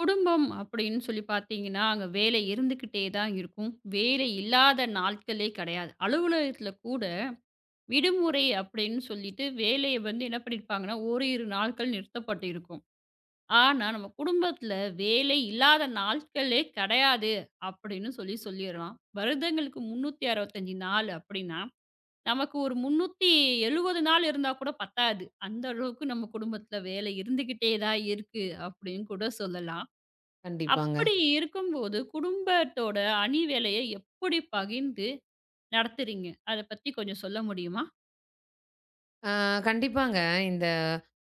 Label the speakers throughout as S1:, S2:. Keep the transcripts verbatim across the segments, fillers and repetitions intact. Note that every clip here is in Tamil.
S1: குடும்பம் அப்படின்னு சொல்லி பார்த்தீங்கன்னா, அங்க வேலை இருந்துக்கிட்டே தான் இருக்கும். வேலை இல்லாத நாட்களே கிடையாது. அலுவலகத்தில கூட விடுமுறை அப்படின்னு சொல்லிட்டு வேலைய வந்து என்ன பண்ணியிருப்பாங்கன்னா, ஓரிரு நாட்கள் நிறுத்தப்பட்டு இருக்கும். ஆனா, நம்ம குடும்பத்தில வேலை இல்லாத நாட்களே கிடையாது அப்படின்னு சொல்லி சொல்லிறலாம். வருடங்களுக்கு முந்நூற்று அறுபத்தி ஐந்து நாள் அப்படின்னா, நமக்கு ஒரு முந்நூற்று எழுபது நாள் இருந்தா கூட பத்தாது. அந்த அளவுக்கு நம்ம குடும்பத்தில வேலை இருந்துகிட்டே தான் இருக்கு அப்படின்னு கூட சொல்லலாம்.
S2: கண்டிப்பாங்க.
S1: அப்படி இருக்கும்போது, குடும்பத்தோட அணி வேலைய எப்படி பகிர்ந்து நடத்துறீங்க? அத பத்தி கொஞ்சம் சொல்ல முடியுமா?
S2: ஆ கண்டிப்பாங்க. இந்த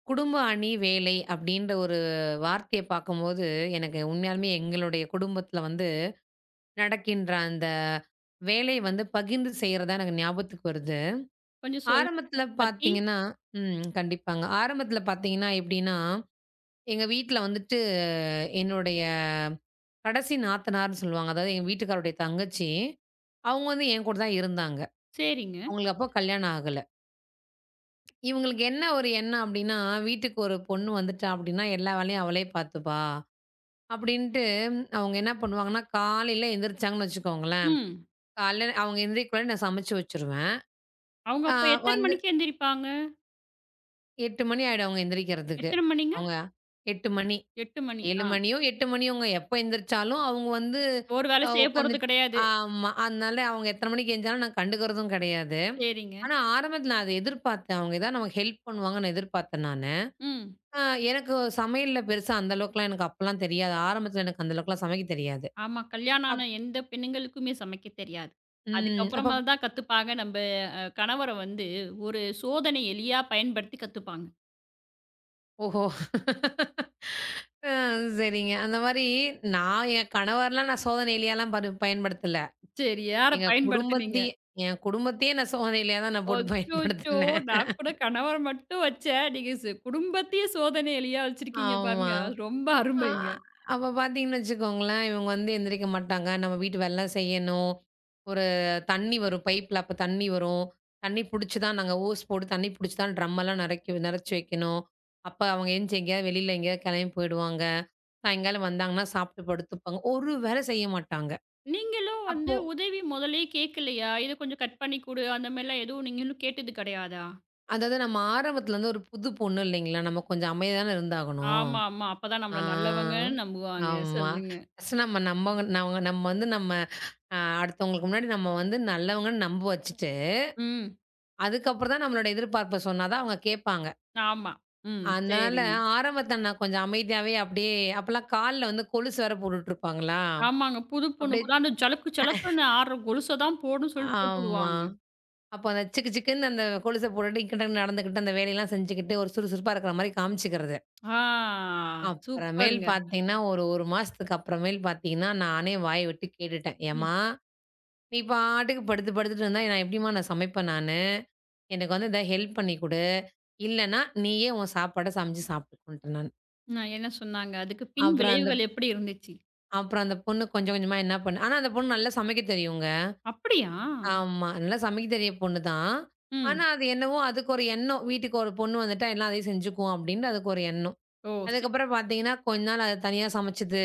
S2: குடும்ப அணி வேலை அப்டின்ற ஒரு வார்த்தைய பார்க்கும்போது, எனக்கு உண்மையாலுமே எங்களுடைய குடும்பத்தில வந்து நடக்கின்ற அந்த வேலை வந்து பகிர்ந்து செய்றது தான் எனக்கு ஞாபகத்துக்கு வருது.
S1: கொஞ்சம் சொல்லுங்க
S2: ஆரம்பத்தில
S1: அத பத்தி.
S2: பார்த்தீங்கன்னா. ம் கண்டிப்பாங்க. ஆரம்பத்தில பார்த்தீங்கன்னா எப்டின்னா, எங்க வீட்ல வந்துட்டு என்னுடைய கடைசி நாத்தனார்ன்னு சொல்லுவாங்க. அதாவது எங்க வீட்டுக்காரருடைய தங்கச்சி, அவங்க வந்து என் கூட தான் இருந்தாங்க.
S1: சரிங்க.
S2: அவங்களுக்கு அப்போ கல்யாணம் ஆகல. இவங்களுக்கு என்ன ஒரு எண்ணம் அப்டின்னா, வீட்டுக்கு ஒரு பொண்ணு வந்துட்டா அப்டின்னா, எல்லா வேலையும் அவளே பார்த்துப்பா. அப்டின்ட்டு அவங்க என்ன பண்ணுவாங்கன்னா, காலையில எந்திரிச்சாங்கன்னு வச்சுக்கோங்களேன்,
S1: ம்.
S2: காலையில அவங்க எந்திரிக்கக்குள்ள நான் சமைச்சு வச்சுருவேன்.
S1: அவங்க
S2: ஆ
S1: அப்ப எத்தன
S2: வந்து
S1: மணிக்கு எந்திரிப்பாங்க?
S2: எட்டு மணி ஆயிடும் அவங்க எந்திரிக்கிறதுக்கு.
S1: எத்தன மணிங்க?
S2: அவங்க எட்டு மணி,
S1: எட்டு மணி.
S2: ஏழு
S1: ஆ.
S2: மணியோ, எட்டு மணியோங்க எப்ப எந்திரிச்சாலும் அவங்க வந்து
S1: ஒரு வேலை
S2: அ
S1: செய்ய
S2: உட்காந்து.
S1: போறது கிடையாது.
S2: ஆமா. அதனால அவங்க எத்தன மணிக்கு எஞ்சாலும் நான் கண்டுக்கிறதும் கெடையாது.
S1: சரிங்க.
S2: ஆனா ஆரம்பத்துல நான் அத எதிர்பார்த்தேன். அவங்க ஏதாவது நமக்கு ஹெல்ப் பண்ணுவாங்கன்னு நான் எதிர்பார்த்தேன் நானு.
S1: ம்.
S2: ஆ எனக்கு சமையல்ல பெருசா அந்த அளவுக்குலாம் எனக்கு அப்பலாம் தெரியாது. ஆரம்பத்துல எனக்கு அந்த அளவுக்குலாம் சமைக்க தெரியாது.
S1: ஆமா. கல்யாணம்
S2: அப்
S1: ஆன எந்த பெண்ணுங்களுக்குமே சமைக்க தெரியாது.
S2: ம். அப்ப.
S1: அதுக்கப்புறமா தான் கத்துப்பாங்க. நம்ப அ கணவர வந்து ஒரு சோதனை எலியா பயன்படுத்தி கத்துப்பாங்க.
S2: ஓஹோ! ஆ சரிங்க. அந்த மாரி நான் என் கணவர்லாம் நான் சோதனையிலலாம் பரு பயன்படுத்தல.
S1: சரியா
S2: எங்க
S1: பயன்படுத்துனீங்க.
S2: குடும்பத்தையே. என் குடும்பத்தையே நான் சோதனையிலயா தான் நான் போட்டு
S1: அச்சச்சோ!
S2: பயன்படுத்தினேன்.
S1: நான் கூட கணவர மட்டும் வச்சேன். நீங்க சு குடும்பத்தையே சோதனை எலியா வச்சிருக்கீங்க
S2: ஆமா.
S1: பாருங்க. அது ரொம்ப
S2: ஆ,
S1: அருமைங்க.
S2: அப்ப பார்த்தீங்கன்னு வச்சுக்கோங்களேன், இவங்க வந்து எந்திரிக்க மாட்டாங்க. நம்ம வீட்டு வேலைலாம் எல்லாம் செய்யணும். ஒரு தண்ணி வரும் பைப்ல, அப்ப தண்ணி வரும். தண்ணி புடிச்சு தான் நாங்க ஓஸ் போட்டு தண்ணி புடிச்சு தான் ட்ரம்மெல்லாம் நெறைக்க நெறைச்சு வைக்கணும். அப்ப அவங்க எந்திச்சு எங்கேயாவது வெளியில எங்கேயாவது கெளம்பி போயிடுவாங்க. சாயங்காலம் வந்தாங்கன்னா சாப்பிட்டு படுத்துப்பாங்க. ஒரு வேலை செய்ய மாட்டாங்க.
S1: நீங்களும் வந்து
S2: அப்போ
S1: உதவி முதல்லயே கேட்கலையா? இத கொஞ்சம் கட் பண்ணி குடு, அந்த மாரிலாம் எதுவும் நீங்களும் கேட்டது கிடையாதா?
S2: அதாவது நம்ம ஆரம்பத்துல இருந்து ஒரு புது பொண்ணு இல்லைங்களா? நம்ம கொஞ்சம் அமைதியா தானே இருந்தாகணும்.
S1: ஆமாமா. அப்பதான்
S2: ஆ,
S1: நம்மள நல்லவங்கன்னு நம்புவாங்க.
S2: ஆமா.
S1: சொல்லுங்க.
S2: ஃபர்ஸ்ட் நம்ம நம்பவங்க நம்ம நம்ம வந்து நம்ம அ அடுத்தவங்களுக்கு முன்னாடி நம்ம வந்து நல்லவங்கன்னு நம்ப வச்சுட்டு,
S1: ம்.
S2: அதுக்கப்புறம் தான் நம்மளோட எதிர்பார்ப்ப சொன்னா தான் அவங்க கேட்பாங்க.
S1: ஆமா. ம்.
S2: அதனால
S1: சரிங்க.
S2: ஆரம்பத்தில நான் கொஞ்சம் அமைதியாவே அப்படியே அப்பலாம் கால்ல வந்து கொலுசு வேற போட்டுட்டுருப்பாங்களா,
S1: ஆமாங்க. புது பொண்ணு
S2: அப்படியே.
S1: கூட அந்த ஜலக்கு ஜலக்குன்னு ஆடுற கொலுச தான் போடுன்னு சொல்லி
S2: ஆமா.
S1: போட்டுடுவாங்க.
S2: அப்போ அந்த சிக்கு சிக்குன்னு அந்த கொலுச போட்டுட்டு இங்கிட்டன்னு நடந்துக்கிட்டு, அந்த வேலையெல்லாம் செஞ்சுக்கிட்டு, ஒரு சுறுசுறுப்பா இருக்கிற மாரி காமிச்சுக்கிறது.
S1: ஆ.
S2: அப்புறமேல்
S1: சூப்பருங்க.
S2: பார்த்தீங்கன்னா, ஒரு 1 மாசத்துக்கு அப்புறமேல் பார்த்தீங்கன்னா, நானே வாய விட்டு கேட்டுட்டேன்.
S1: ம்.
S2: "ஏம்மா! நீ பாட்டுக்கு படுத்து படுத்துட்டு இருந்தா நான் எப்படிம்மா நான் சமைப்பேன் நானு?" எனக்கு வந்து இந்த ஹெல்ப் பண்ணி குடு. இல்லன்னா, நீயே உன் சாப்பாட சமைச்சு சாப்பிட்டுக்கோன்ட்டேன் நானு.
S1: நான் என்ன சொன்னாங்க? அதுக்கு பின்
S2: அப்புறம் அந்த
S1: விளைவுகள் எப்படி இருந்துச்சு?
S2: அப்புறம் அந்த பொண்ணு கொஞ்சம் கொஞ்சமா என்ன பண்ணு ஆனா அந்த பொண்ணு நல்லா சமைக்க தெரியுங்க.
S1: அப்படியா?
S2: ஆமா. நல்லா சமைக்க தெரிய பொண்ணு தான். ஆனா
S1: ம்.
S2: அது என்னவோ அதுக்கு ஒரு எண்ணம். வீட்டுக்கு ஒரு பொண்ணு வந்துட்டா எல்லாம் அதையும் செஞ்சுக்கும் அப்படின்னு அதுக்கு ஒரு எண்ணம்.
S1: ஓ! சரி.
S2: அதுக்கப்புறம் பார்த்தீங்கன்னா, கொஞ்ச நாள் அது தனியா சமைச்சது.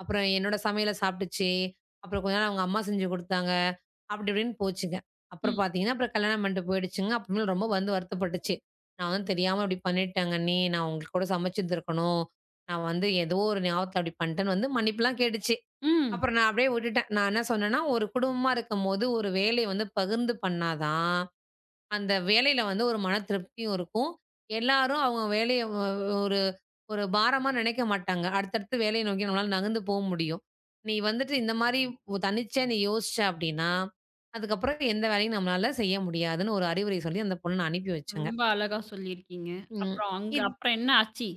S2: அப்புறம் என்னோட சமையல சாப்பிட்டுச்சு. அப்புறம் கொஞ்ச நாள் அவங்க அம்மா செஞ்சு குடுத்தாங்க. அப்படி இப்படின்னு போச்சுங்க. அப்புறம்
S1: ம்,
S2: பார்த்தீங்கன்னா, அப்புறம் கல்யாணம் பண்ணிட்டு போயிடுச்சுங்க. அப்புறமேல் ரொம்ப வந்து வருத்தப்பட்டுச்சு. "நான் வந்து தெரியாம இப்படி பண்ணிட்டேங்க அண்ணி. நான் உங்களுக்கு கூட சமைச்சிருந்துருக்கணும். நான் வந்து ஏதோ ஒரு ஞாபகத்தில அப்படி பண்ணிட்டேன்னு" வந்து மன்னிப்புலாம் கேட்டுச்சு.
S1: ம்.
S2: அப்புறம் நான் அப்படியே விட்டுட்டேன். நான் என்ன சொன்னேன்னா, ஒரு குடும்பமா இருக்கும்போது ஒரு வேலைய வந்து பகிர்ந்து பண்ணா தான் அந்த வேலையில வந்து ஒரு மன திருப்தியும் இருக்கும். எல்லாரும் அவங்க வேலைய ஒ ஒரு ஒரு பாரமா நினைக்க மாட்டாங்க. அடுத்தடுத்து வேலைய நோக்கி நம்மளால நகர்ந்து போ முடியும். நீ வந்துட்டு இந்த மாரி ஒ தனிச்சா நீ யோசிச்ச அப்டின்னா, அதுக்கப்புறம் எந்த வேலையும் நம்மளால செய்ய முடியாதுன்னு ஒரு அறிவுரை சொல்லி அந்த பொண்ண அனுப்பி வச்சேங்க.
S1: ரொம்ப அழகா சொல்லியிருக்கீங்க.
S2: ம்.
S1: அப்புறம் அங்க
S2: இத்
S1: அப்புறம் என்ன ஆச்சு?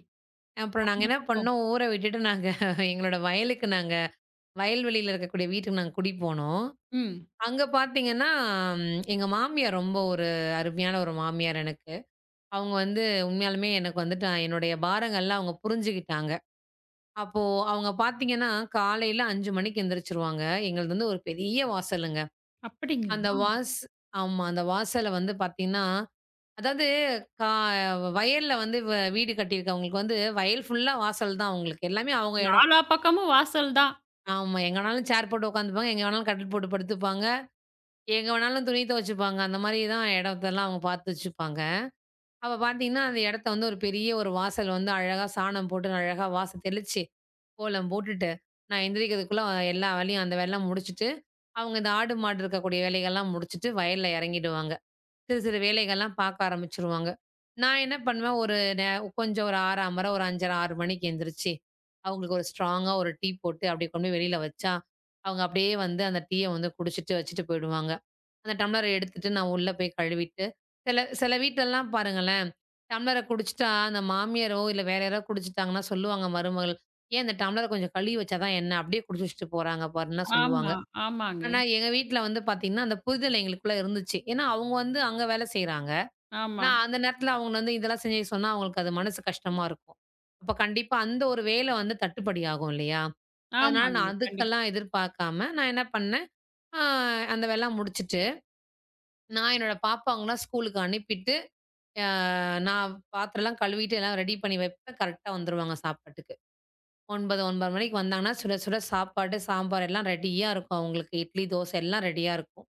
S2: அப்புறம் நாங்க
S1: அந்த
S2: என்ன
S1: பக்கம்.
S2: பண்ணோம், ஊர விட்டுட்டு நாங்க எங்களோட வயலுக்கு நாங்க வயல்வெளியில இருக்கக்கூடிய வீட்டுக்கு நாங்க குடி போனோம்.
S1: ம்.
S2: அங்க பார்த்தீங்கன்னா, ம் எங்க மாமியார் ரொம்ப ஒரு அருமையான ஒரு மாமியார் எனக்கு. அவங்க வந்து உண்மையாலுமே எனக்கு வந்துட்டு என்னுடைய பாரங்கள்லாம் அவங்க புரிஞ்சுகிட்டாங்க. அப்போ அவங்க பார்த்தீங்கன்னா, காலையில ஐந்து மணிக்கு எந்திரிச்சுருவாங்க. எங்களுது வந்து ஒரு பெரிய வாசலுங்க. அந்த
S1: அப்படிங்களா?
S2: வாஸ் ஆமா. அந்த வாசல வந்து பார்த்தீங்கன்னா, அதாவது கா வயல்ல வந்து வ வீடு கட்டியிருக்கவங்களுக்கு வந்து வயல் ஃபுல்லா வாசல் தான் அவங்களுக்கு. எல்லாமே அவங்க இடம்.
S1: நாலா பக்கமும் வாசல் தான்.
S2: ஆமா. எங்க வேணாலும் சேர் போட்டு உட்காந்துப்பாங்க. எங்க வேணாலும் கட்டில் போட்டு படுத்துப்பாங்க. எங்க வேணாலும் துணி துவைச்சுப்பாங்க. அந்த மாரி தான் இடத்தெல்லாம் அவங்க பார்த்து வச்சுப்பாங்க. அப்ப பார்த்தீங்கன்னா, அந்த இடத்த வந்து ஒரு பெரிய ஒரு வாசல் வந்து அழகா சாணம் போட்டு அழகா வாச தெளிச்சு, கோலம் போட்டுட்டு, நான் எந்திரிக்கிறதுக்குள்ள எல்லா வேலையும் அந்த வேலைலாம் முடிச்சுட்டு, அவங்க இந்த ஆடு, மாடு இருக்கக்கூடிய வேலைகள்லாம் முடிச்சுட்டு வயல்ல இறங்கிடுவாங்க. சிறு சிறு வேலைகள்லாம் பார்க்க ஆரம்பிச்சுருவாங்க. நான் என்ன பண்ணுவேன், ஒரு நே கொஞ்சம் ஒரு ஆறு மணி மர ஒரு ஐந்தரை, ஆறு மணிக்கு எந்திரிச்சு, அவங்களுக்கு ஒரு ஸ்ட்ராங்கா ஒரு டீ போட்டு, அப்படியே கொண்டு போய் வெளியில வச்சா, அவங்க அப்படியே வந்து அந்த டீய வந்து குடிச்சுட்டு வச்சுட்டு போயிடுவாங்க. அந்த டம்ளர எடுத்துட்டு நான் உள்ள போய் கழுவிட்டு, சில சில வீட்லலாம் பாருங்களேன், டம்ளர குடிச்சுட்டா அந்த மாமியாரோ, இல்ல வேற யாரோ குடிச்சுட்டாங்கன்னா சொல்லுவாங்க மருமகள், "ஏன் அந்த டம்ளர கொஞ்சம் கழுவி வச்சா தான் என்ன? அப்படியே குடிச்சு வச்சுட்டு போறாங்க பாருன்னா" சொல்லுவாங்க.
S1: ஆமா, ஆமாங்க.
S2: ஆனா எங்க வீட்ல வந்து பாத்தீங்கன்னா, அந்த புரிதல் எங்களுக்குள்ள இருந்துச்சு. ஏன்னா அவங்க வந்து அங்க வேலை செய்றாங்க.
S1: ஆமா,
S2: நான் அந்த நேரத்துல அவங்கள வந்து இதெல்லாம் செஞ்சு சொன்னா அவங்களுக்கு அது மனசு கஷ்டமா இருக்கும். அப்ப கண்டிப்பா அந்த ஒரு வேல வந்து தட்டுப்படி ஆகும் இல்லையா? அதனால நான்
S1: ஆமாங்க. கண்டிப்பா.
S2: அதுக்கெல்லாம் எதிர்பார்க்காம நான் என்ன பண்ணேன், அ அந்த வேலைலாம் முடிச்சுட்டு நான் என்னோட பாப்பாவங்கலாம் ஸ்கூலுக்கு அனுப்பிட்டு, அ நான் பாத்திரம்லாம் கழுவிட்டு எல்லாம் ரெடி பண்ணி வைப்பேன். கரெக்ட்டா வந்துருவாங்க சாப்பாட்டுக்கு. ஒன்பது, ஒன்பது முப்பது மணிக்கு வந்தாங்கன்னா, சுட சுட சாப்பாடு, சாம்பார் எல்லாம் ரெடியா இருக்கும் அவங்களுக்கு. இட்லி, தோசை எல்லாம் ரெடியா இருக்கும்.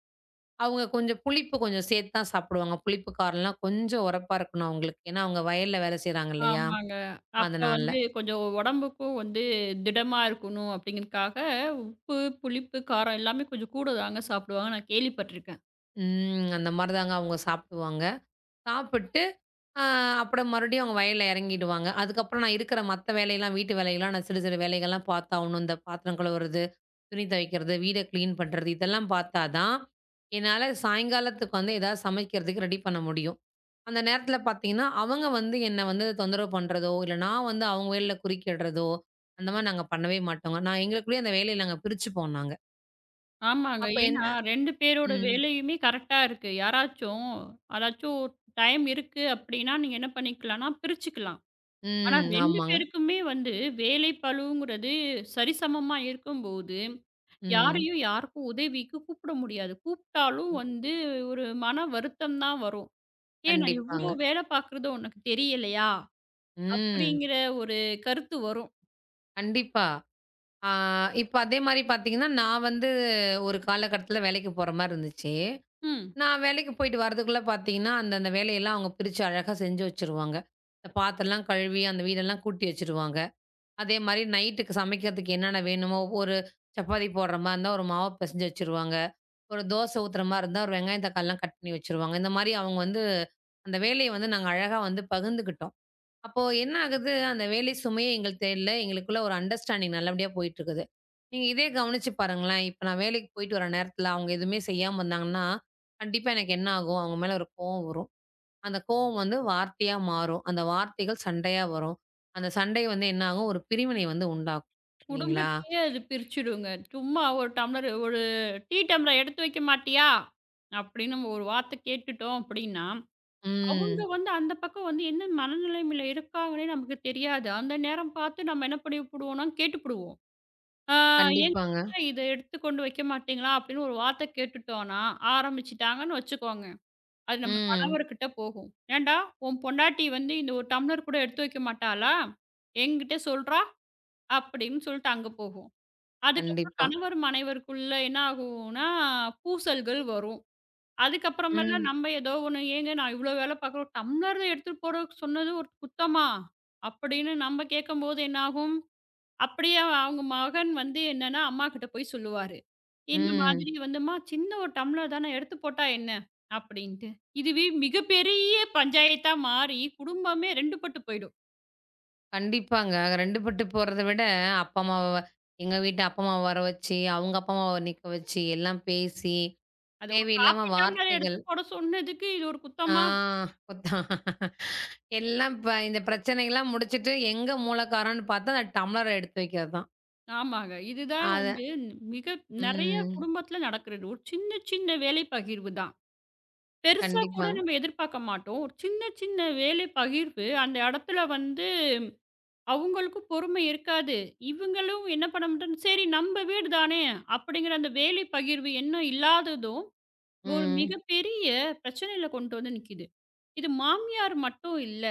S2: அவங்க கொஞ்சம் புளிப்பு கொஞ்சம் சேர்த்து தான் சாப்பிடுவாங்க. புளிப்பு காரம்லாம் கொஞ்சம் உரப்பா இருக்கணும் அவங்களுக்கு. ஏன்னா, அவங்க வயல்ல வேலை செய்றாங்க இல்லையா?
S1: ஆமாங்க. அப்ப
S2: அதனால.
S1: வந்து கொஞ்சம் உடம்புக்கும் வந்து திடமா இருக்கணும் அப்படிங்கிறதுக்காக உப்பு, புளிப்பு, காரம் எல்லாமே கொஞ்சம் கூட தாங்க சாப்பிடுவாங்க. நான் கேள்விப்பட்டுருக்கேன்.
S2: ம். அந்த மாரி தாங்க அவங்க சாப்பிடுவாங்க. சாப்பிட்டு ஆ அப்புறம் மறுபடியும் அவங்க வயல்ல இறங்கிடுவாங்க. அதுக்கப்புறம் நான் இருக்கிற மத்த வேலையெல்லாம் வீட்டு வேலையெல்லாம் நான் சிறு சிறு வேலைகள்லாம் பார்த்தாகணும். இந்த பாத்திரம் கழுவுறது, துணி துவைக்கிறது, வீட கிளீன் பண்றது இதெல்லாம் பார்த்தா தான், என்னால சாயங்காலத்துக்கு வந்து ஏதாவது சமைக்கிறதுக்கு ரெடி பண்ண முடியும். அந்த நேரத்தில பார்த்தீங்கன்னா, அவங்க வந்து என்ன வந்து தொந்தரவு பண்றதோ, இல்ல நான் வந்து அவங்க வேலையில குறுக்கிடுறதோ, அந்த மாரி நாங்க பண்ணவே மாட்டோங்க. நான் எங்களுக்குள்ளேயே அந்த வேலைய நாங்க பிரிச்சுப்போம் நாங்க.
S1: ஆமாங்க.
S2: அப்ப என்ன.
S1: ஏன்னா ரெண்டு பேரோட
S2: ம்.
S1: வேலையுமே கரெக்ட்டா இருக்கு. யாராச்சும் அதாச்சும் டைம் இருக்கு அப்டின்னா, நீங்க என்ன பண்ணிக்கலாம்னா பிரிச்சுக்கலாம். ஆனா
S2: ம்.
S1: ரெண்டு
S2: ஆமாங்க.
S1: பேருக்குமே வந்து வேலை பளுங்கிறது சரிசமமா இருக்கும்போது,
S2: ம்.
S1: யாரையும் யாருக்கும் உதவிக்கு கூப்பிட முடியாது. கூப்பிட்டாலும் வந்து ஒரு மன வருத்தம் தான் வரும். "ஏன் நான்
S2: கண்டிப்பாங்க.
S1: இவ்ளோ வேலை பார்க்குறது உனக்கு தெரியலையா?"
S2: ம்.
S1: அப்படிங்கிற ஒரு கருத்து வரும்.
S2: கண்டிப்பா. ஆ, இப்ப அதே மாரி பார்த்தீங்கன்னா, நான் வந்து ஒரு காலகட்டத்தில வேலைக்கு போற மாரி இருந்துச்சு.
S1: ம்.
S2: நான் வேலைக்கு போயிட்டு வரதுக்குள்ள பார்த்தீங்கன்னா, அந்தந்த வேலையெல்லாம் அவங்க பிரிச்சு அழகா செஞ்சு வச்சுருவாங்க. இந்த பாத்திரம்லாம் கழுவி, அந்த வீடெல்லாம் கூட்டி வச்சுருவாங்க. அதே மாரி நைட்டுக்கு சமைக்கிறதுக்கு என்னென்ன வேணுமோ, ஒரு சப்பாத்தி போடுற மாரி இருந்தா, ஒரு மாவு பெசஞ்சு வச்சுருவாங்க. ஒரு தோசை ஊத்துற மாரி இருந்தா, ஒரு வெங்காயம், தக்காளிலாம் கட் பண்ணி வச்சுருவாங்க. இந்த மாரி அவங்க வந்து அந்த வேலைய வந்து நாங்க அழகா வந்து பகிர்ந்துக்கிட்டோம். அப்போ என்ன ஆகுது, அந்த வேலை சுமையே எங்களுக்கு தெரியல. எங்களுக்குள்ள ஒரு அண்டர்ஸ்டாண்டிங் நல்லபடியா போயிட்டுருக்குது. நீங்க இதே கவனிச்சு பாருங்களேன். இப்ப நான் வேலைக்கு போயிட்டு வர நேரத்துல அவங்க எதுவுமே செய்யாம இருந்தாங்கன்னா, கண்டிப்பா எனக்கு என்ன ஆகும், அவங்க மேல ஒரு கோவம் வரும். அந்த கோவம் வந்து வார்த்தையா மாறும். அந்த வார்த்தைகள் சண்டையா வரும். அந்த சண்டை வந்து என்ன ஆகும், ஒரு பிரிவினை வந்து உண்டாக்கும். இல்லைங்களா?
S1: குடும்பத்தையே அது பிரிச்சுடுங்க. சும்மா ஒரு டம்ளர் ஒரு டீ டம்ளர் எடுத்து வைக்க மாட்டியா? அப்படின்னு நம்ம ஒரு வார்த்தை கேட்டுட்டோம் அப்படின்னா, அவங்க
S2: ம்.
S1: வந்து அந்த பக்கம் வந்து என்ன மனநிலைமையில இருக்காங்கன்னே நமக்கு தெரியாது. அந்த நேரம் பார்த்து நம்ம என்ன பண்ணிப்புடுவோம்னா கேட்டுப்புடுவோம். ஆ. ஏங்க
S2: கண்டிப்பாங்க.
S1: இத எடுத்து கொண்டு வைக்க மாட்டீங்களா? அப்படின்னு ஒரு வார்த்தை கேட்டுட்டோம்னா, ஆரம்பிச்சுட்டாங்கன்னு வச்சுக்கோங்க. அது நம்ம
S2: ம்.
S1: கணவர்கிட்ட போகும். ஏன்டா உன் பொண்டாட்டி வந்து இந்த ஒரு டம்ளர் கூட எடுத்து வைக்க மாட்டாளா? என்கிட்ட சொல்றா? அப்படின்னு சொல்லிட்டு அங்க போகும். அதுக்கப்புறம்
S2: கண்டிப்பா.
S1: கணவர் மனைவருக்குள்ள என்ன ஆகும்னா, பூசல்கள் வரும். அதுக்கப்புறமேல
S2: ம்.
S1: நம்ம ஏதோ ஒண்ணு, "ஏங்க நான் இவ்ளோ வேலை பார்க்குறோம், டம்ளர்ல எடுத்துட்டு போறதுக்கு சொன்னது ஒரு குத்தமா?" அப்படின்னு நம்ம கேட்கும்போது என்ன ஆகும், அப்படியே அவங்க மகன் வந்து என்னன்னா, அம்மா கிட்ட போய் சொல்லுவாரு. இந்த
S2: ம்.
S1: மாதிரி வந்தும்மா, "சின்ன ஒரு டம்ளர் தானே, எடுத்து போட்டா என்ன?" அப்படின்ட்டு. இதுவே மிகப்பெரிய பஞ்சாயத்தா மாறி குடும்பமே ரெண்டு பட்டு போயிடும்.
S2: கண்டிப்பாங்க. அங்க ரெண்டு பட்டு போறத விட, அப்பா அம்மாவ எங்க வீட்டு அப்பா அம்மாவ வர வச்சு, அவங்க அப்பா அம்மாவ நிக்க வச்சு, எல்லாம் பேசி,
S1: அது ஒரு
S2: தேவையில்லாம
S1: காப்பி டம்ளர்
S2: வார்த்தைகள்
S1: எடுத்து போட சொன்னதுக்கு, இது ஒரு
S2: ஆ
S1: குத்தமா?
S2: குத்தா எல்லாம் ப இந்த பிரச்சனைகள்லாம் முடிச்சுட்டு, எங்க மூல காரணம்னு பாத்தா, அந்த டம்ளர எடுத்து வைக்கிறது தான்.
S1: ஆமாங்க. இதுதான்
S2: அத
S1: வந்து மிக நெறைய
S2: ம்.
S1: குடும்பத்தில நடக்கிறது. ஒரு சின்ன சின்ன வேலை பகிர்வு தான். பெருசா கூட
S2: கண்டிப்பாங்க.
S1: நம்ம எதிர்பார்க்க மாட்டோம். ஒரு சின்ன சின்ன வேலை பகிர்வு அந்த இடத்துல வந்து அவங்களுக்கும் பொறுமை இருக்காது. இவங்களும் என்ன பண்ண மாட்டாங்க, "சரி நம்ம வீடு தானே" அப்படிங்கிற அந்த வேலை பகிர்வு எண்ணம் இல்லாததும் ஒரு
S2: ம்.
S1: மிகப்பெரிய பிரச்சனையில கொண்டு வந்து நிக்குது. இது மாமியார் மட்டும் இல்ல.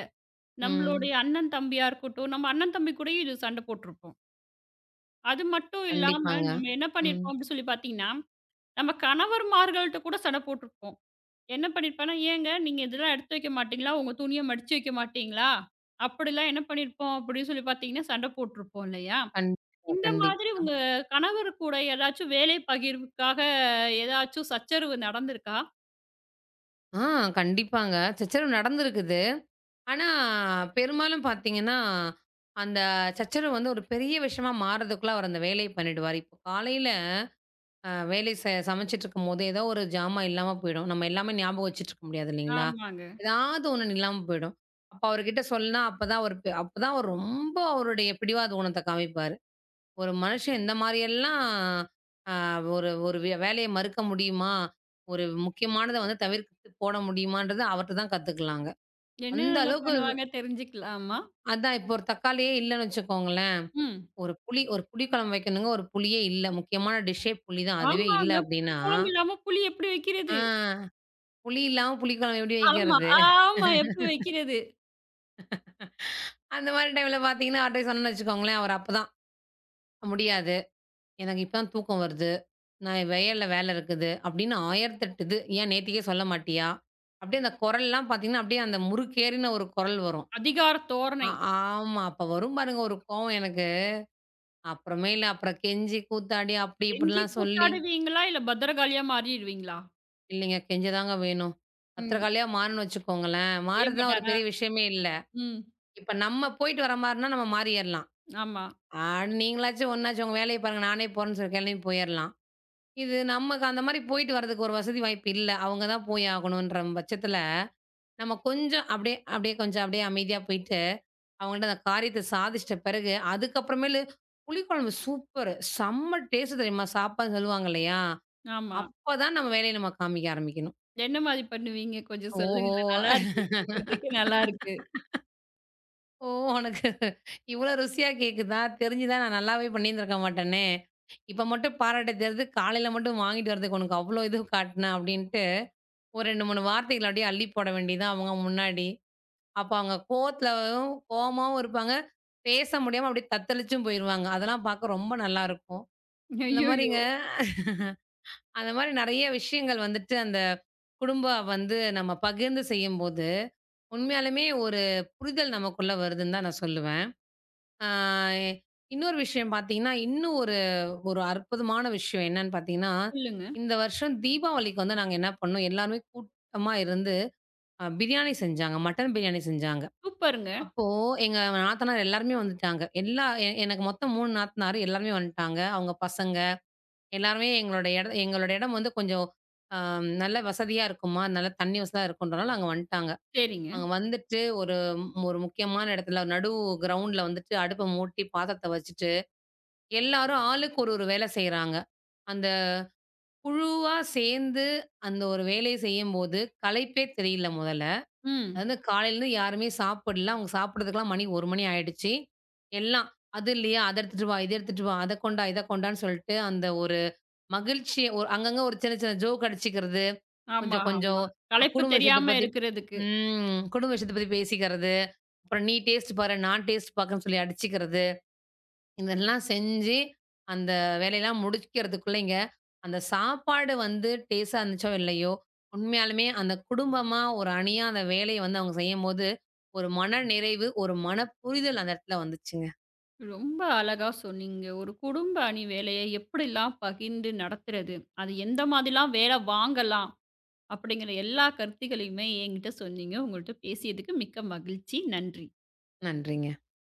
S2: ம்.
S1: நம்மளுடைய அண்ணன் தம்பியா இருக்கட்டும், நம்ம அண்ணன் தம்பி கூடயும் இது சண்டை போட்டுருப்போம். அது மட்டும் இல்லாம
S2: கண்டிப்பாங்க.
S1: நம்ம என்ன
S2: ம்.
S1: பண்ணியிருப்போம் அப்படின்னு சொல்லி பார்த்தீங்கன்னா நம்ம கணவர்மார்கள்ட்ட கூட சண்டை போட்டுருப்போம். என்ன பண்ணியிருப்பேன்னா, "ஏங்க நீங்க இதெல்லாம் எடுத்து வைக்க மாட்டீங்களா? உங்க துணிய மடிச்சு வைக்க மாட்டீங்களா?" அப்படிலாம் என்ன பண்ணியிருப்போம் அப்படின்னு சொல்லி பார்த்தீங்கன்னா, சண்டை போட்டுருப்போம் இல்லையா?
S2: கண்டிப்பா,
S1: இந்த மாதிரி
S2: கண்டிப்பா.
S1: உங்க கணவர் கூட ஏதாச்சும் வேலை பகிர்வுக்காக ஏதாச்சும் சச்சரவு நடந்திருக்கா?
S2: ஆ கண்டிப்பாங்க. சச்சரவு நடந்திருக்குது. ஆனா, பெரும்பாலும் பார்த்தீங்கன்னா, அந்த சச்சரவு வந்து ஒரு பெரிய விஷயமா மாறுறதுக்குள்ள அவர் அந்த வேலைய பண்ணிடுவாரு. இப்போ காலையில அ வேலை செ சமைச்சுட்டுருக்கும்போது, ஏதோ ஒரு ஜாமான் இல்லாம போயிடும். நம்ம எல்லாமே ஞாபகம் வச்சுட்டுருக்க முடியாது இல்லைங்களா?
S1: ஆமாங்க.
S2: ஏதாவது ஒண்ணு இல்லாம போயிடும். அப்ப அவர்கிட்ட சொன்னா, அப்பதான் அவரு பெ அப்பதான் அவர் ரொம்ப அவருடைய பிடிவாத குணத்த காமிப்பாரு. ஒரு மனுஷன் இந்த மாரியெல்லாம் அ ஒரு ஒரு வே வேலைய மறுக்க முடியுமா? ஒரு முக்கியமானத வந்து தவிர்த்து போட முடியுமான்றத அவர்ட்ட தான் கத்துக்கலாங்க. அந்த
S1: என்னென்னலாம்
S2: அளவுக்கு.
S1: பண்ணுவாங்க தெரிஞ்சுக்கலாமா?
S2: அதான் இப்போ ஒரு தக்காளியே இல்லன்னு வச்சுக்கோங்களேன்.
S1: ம்.
S2: ஒரு புளி ஒரு புளி குழம்பு வைக்கணுங்க. ஒரு புளியே இல்ல. முக்கியமான டிஷ்ஷே புளி தான். அதுவே இல்ல
S1: ஆமாங்க. புளி
S2: அப்டின்னா,
S1: குழம்பு இல்லாம புளி எப்படி
S2: ஆ
S1: வைக்கிறது?
S2: புளி இல்லாம புளி குழம்பு எப்டி
S1: ஆமா,
S2: வைக்கிறது?
S1: ஆமா. எப்படி வைக்கிறது?
S2: அந்த மாரி டைம்ல பார்த்தீங்கன்னா, அவர்ட்ட போய் சொன்னேன்னு வச்சுக்கோங்களேன், அவர் அப்பதான் முடியாது. எனக்கு இப்ப தான் தூக்கம் வருது. நான் வயல்ல வேல இருக்குது. அப்டின்னு ஆயிரத்தி எட்டு இது. ஏன் நேத்திக்கே சொல்ல மாட்டியா? அப்டியே அந்த குரல்லாம் பார்த்தீங்கன்னா, அப்டியே அந்த முறுக்கேறின ஒரு குரல் வரும்.
S1: அதிகார
S2: ஆ
S1: தோரணை.
S2: ஆமா. அப்ப வரும் பாருங்க ஒரு கோவம் எனக்கு. அப்புறமேலு அப்புறம் கெஞ்சி கூத்தாடி அப்டி
S1: கெஞ்சி
S2: இப்டிலாம் சொல்லி
S1: கூத்தாடுவீங்களா? இல்ல பத்திரகாளியா மாறிடுவீங்களா?
S2: இல்லைங்க. கெஞ்சதாங்க வேணும்.
S1: ம்.
S2: பத்திரக்காளியா மாறுனோம்னு வச்சுக்கோங்களேன்,
S1: செய்ய
S2: மாறுறதுலாம் ஒரு
S1: மாட்டாரா?
S2: பெரிய விஷயமே இல்ல.
S1: ம்.
S2: இப்ப நம்ம போயிட்டு வர மாரினா நம்ம மாறியறலாம்.
S1: ஆமா,
S2: ஆடு நீங்களாச்சும் ஒண்ணாச்சும் உங்க வேலைய பாருங்க, நானே போறேன்னு சொல்லி கெளம்பி போயிரலாம். இது நமக்கு அந்த மாரி போயிட்டு வரதுக்கு ஒரு வசதி வாய்ப்பு இல்ல. அவங்க தான் போய் ஆகணுன்ற பட்சத்துல, நம்ம கொஞ்சம் அப்படியே அப்படியே கொஞ்சம் அப்படியே அமைதியா போயிட்டு, அவங்கள்ட்ட அந்த காரியத்த சாதிச்சிட்ட பிறகு, அதுக்கப்புறமேலு புளிக்குழம்பு சூப்பரு! செம்ம டேஸ்ட்டு தெரியுமா? சாப்பாடுன்னு சொல்லுவாங்க இல்லையா?
S1: ஆமா.
S2: அப்பதான் நம்ம வேலைய நம்ம காமிக்க ஆரம்பிக்கணும்.
S1: என்ன மாரி பண்ணுவீங்க? கொஞ்சம்
S2: ஓஹோ!
S1: சொல்லுங்களேன். நல்லா இருக்கு. கேட்கறதுக்கே நல்லா இருக்கு.
S2: ஓ! உனக்கு இவ்ளோ ருசியா கேக்குதா? தெரிஞ்சுதா நான் நல்லாவே பண்ணியிருந்திருக்க மாட்டேனே! இப்ப மட்டும் பாராட்ட தெரிது, காலையில மட்டும் வாங்கிட்டு வரதுக்கு உனக்கு அவ்ளோ இது காட்டுன அப்டின்ட்டு, ஒரு ரெண்டு, மூணு வார்த்தைகள அப்டியே அள்ளி போட வேண்டியதுதான் அவங்க முன்னாடி. அப்ப அவங்க கோவத்துலவும் கோவமாவும் இருப்பாங்க. பேச முடியாம அப்டியே தத்தளிச்சும் போயிருவாங்க. அதெல்லாம் பார்க்க ரொம்ப நல்லாருக்கும். இந்த
S1: ஐய்யய்யோ!
S2: மாரிங்க அந்த மாரி நெறைய விஷயங்கள் வந்துட்டு அந்த குடும்ப வந்து நம்ம பகிர்ந்து செய்யும்போது உண்மையாலுமே ஒரு புரிதல் நமக்குள்ள வருதுன்னு தான் நான் சொல்லுவேன். ஆ இன்னொரு விஷயம் பார்த்தீங்கன்னா, இன்னும் ஒரு ஒரு அற்புதமான விஷயம் என்னன்னு பார்த்தீங்கன்னா,
S1: சொல்லுங்க.
S2: இந்த வருஷம் தீபாவளிக்கு வந்து நாங்க என்ன பண்ணோம், எல்லாருமே கூட்டமா இருந்து அ பிரியாணி செஞ்சாங்க. மட்டன் பிரியாணி செஞ்சாங்க.
S1: சூப்பருங்க.
S2: அப்போ எங்க நாத்தனார் எல்லாருமே வந்துட்டாங்க. எல்லா எ எனக்கு மொத்தம் மூணு நாத்தனார் எல்லாருமே வந்துட்டாங்க. அவங்க பசங்க எல்லாருமே எங்களோட எட எங்களோட இடம் வந்து கொஞ்சம் அ நல்ல வசதியா இருக்குமா, நல்ல தண்ணி வசதியா இருக்குன்றனால அங்க வந்துட்டாங்க.
S1: சரிங்க.
S2: அங்க வந்துட்டு ஒரு ஒரு முக்கியமான இடத்துல நடு கிரவுண்ட்ல வந்துட்டு அடுப்ப மூட்டி பாத்திரத்த வச்சுட்டு, எல்லாரும் ஆளுக்கு ஒரு ஒரு வேலை செய்றாங்க. அந்த குழுவா சேர்ந்து அந்த ஒரு வேலைய செய்யும்போது களைப்பே தெரியல முதல்ல.
S1: ம்.
S2: அதாவது காலையிலருந்து யாருமே சாப்பிடல. அவங்க சாப்பிடுறதுக்கெல்லாம் மணி ஒரு மணி ஆயிடுச்சு. எல்லாம் அது இல்லையா? அத எடுத்துட்டு வா, இத எடுத்துட்டு வா, அத கொண்டா, இத கொண்டான்னு சொல்லிட்டு அந்த ஒரு மகிழ்ச்சி ஒரு அங்கங்க ஒரு சின்ன சின்ன ஜோக் அடிச்சுக்கிறது.
S1: ஆமா,
S2: கொஞ்சம்
S1: ஆமா.
S2: கொஞ்சம் அ
S1: களைப்பு
S2: குடும்ப விஷயத்த
S1: தெரியாம
S2: பத்தி.
S1: இருக்கிறதுக்கு.
S2: ம். குடும்ப விஷயத்த பத்தி பேசிக்கிறது. அப்புறம் நீ டேஸ்ட் பாரு, நான் டேஸ்ட் பாக்கறேன்னு சொல்லி அடிச்சுக்கிறது. இதெல்லாம் செஞ்சு அந்த வேலையெல்லாம் முடிக்கிறதுக்குள்ளேங்க, அந்த சாப்பாடு வந்து டேஸ்ட்டா இருந்துச்சோ இல்லையோ, உண்மையாலுமே அந்த குடும்பமா ஒரு அணியா அந்த வேலைய வந்து அவங்க செய்யும்போது, ஒரு மன நிறைவு, ஒரு மன புரிதல் அந்த இடத்துல வந்துச்சுங்க.
S1: ரொம்ப அழகா சொன்னீங்க. ஒரு குடும்ப அணி வேலைய எப்படிலாம் பகிர்ந்து நடத்துறது? அது எந்த மாதிரிலாம் வேலை வாங்கலாம்? அப்படிங்கிற எல்லா கருத்துக்களையுமே என்கிட்ட சொன்னீங்க. உங்கள்ட்ட பேசியதுக்கு மிக்க மகிழ்ச்சி. நன்றி.
S2: நன்றிங்க.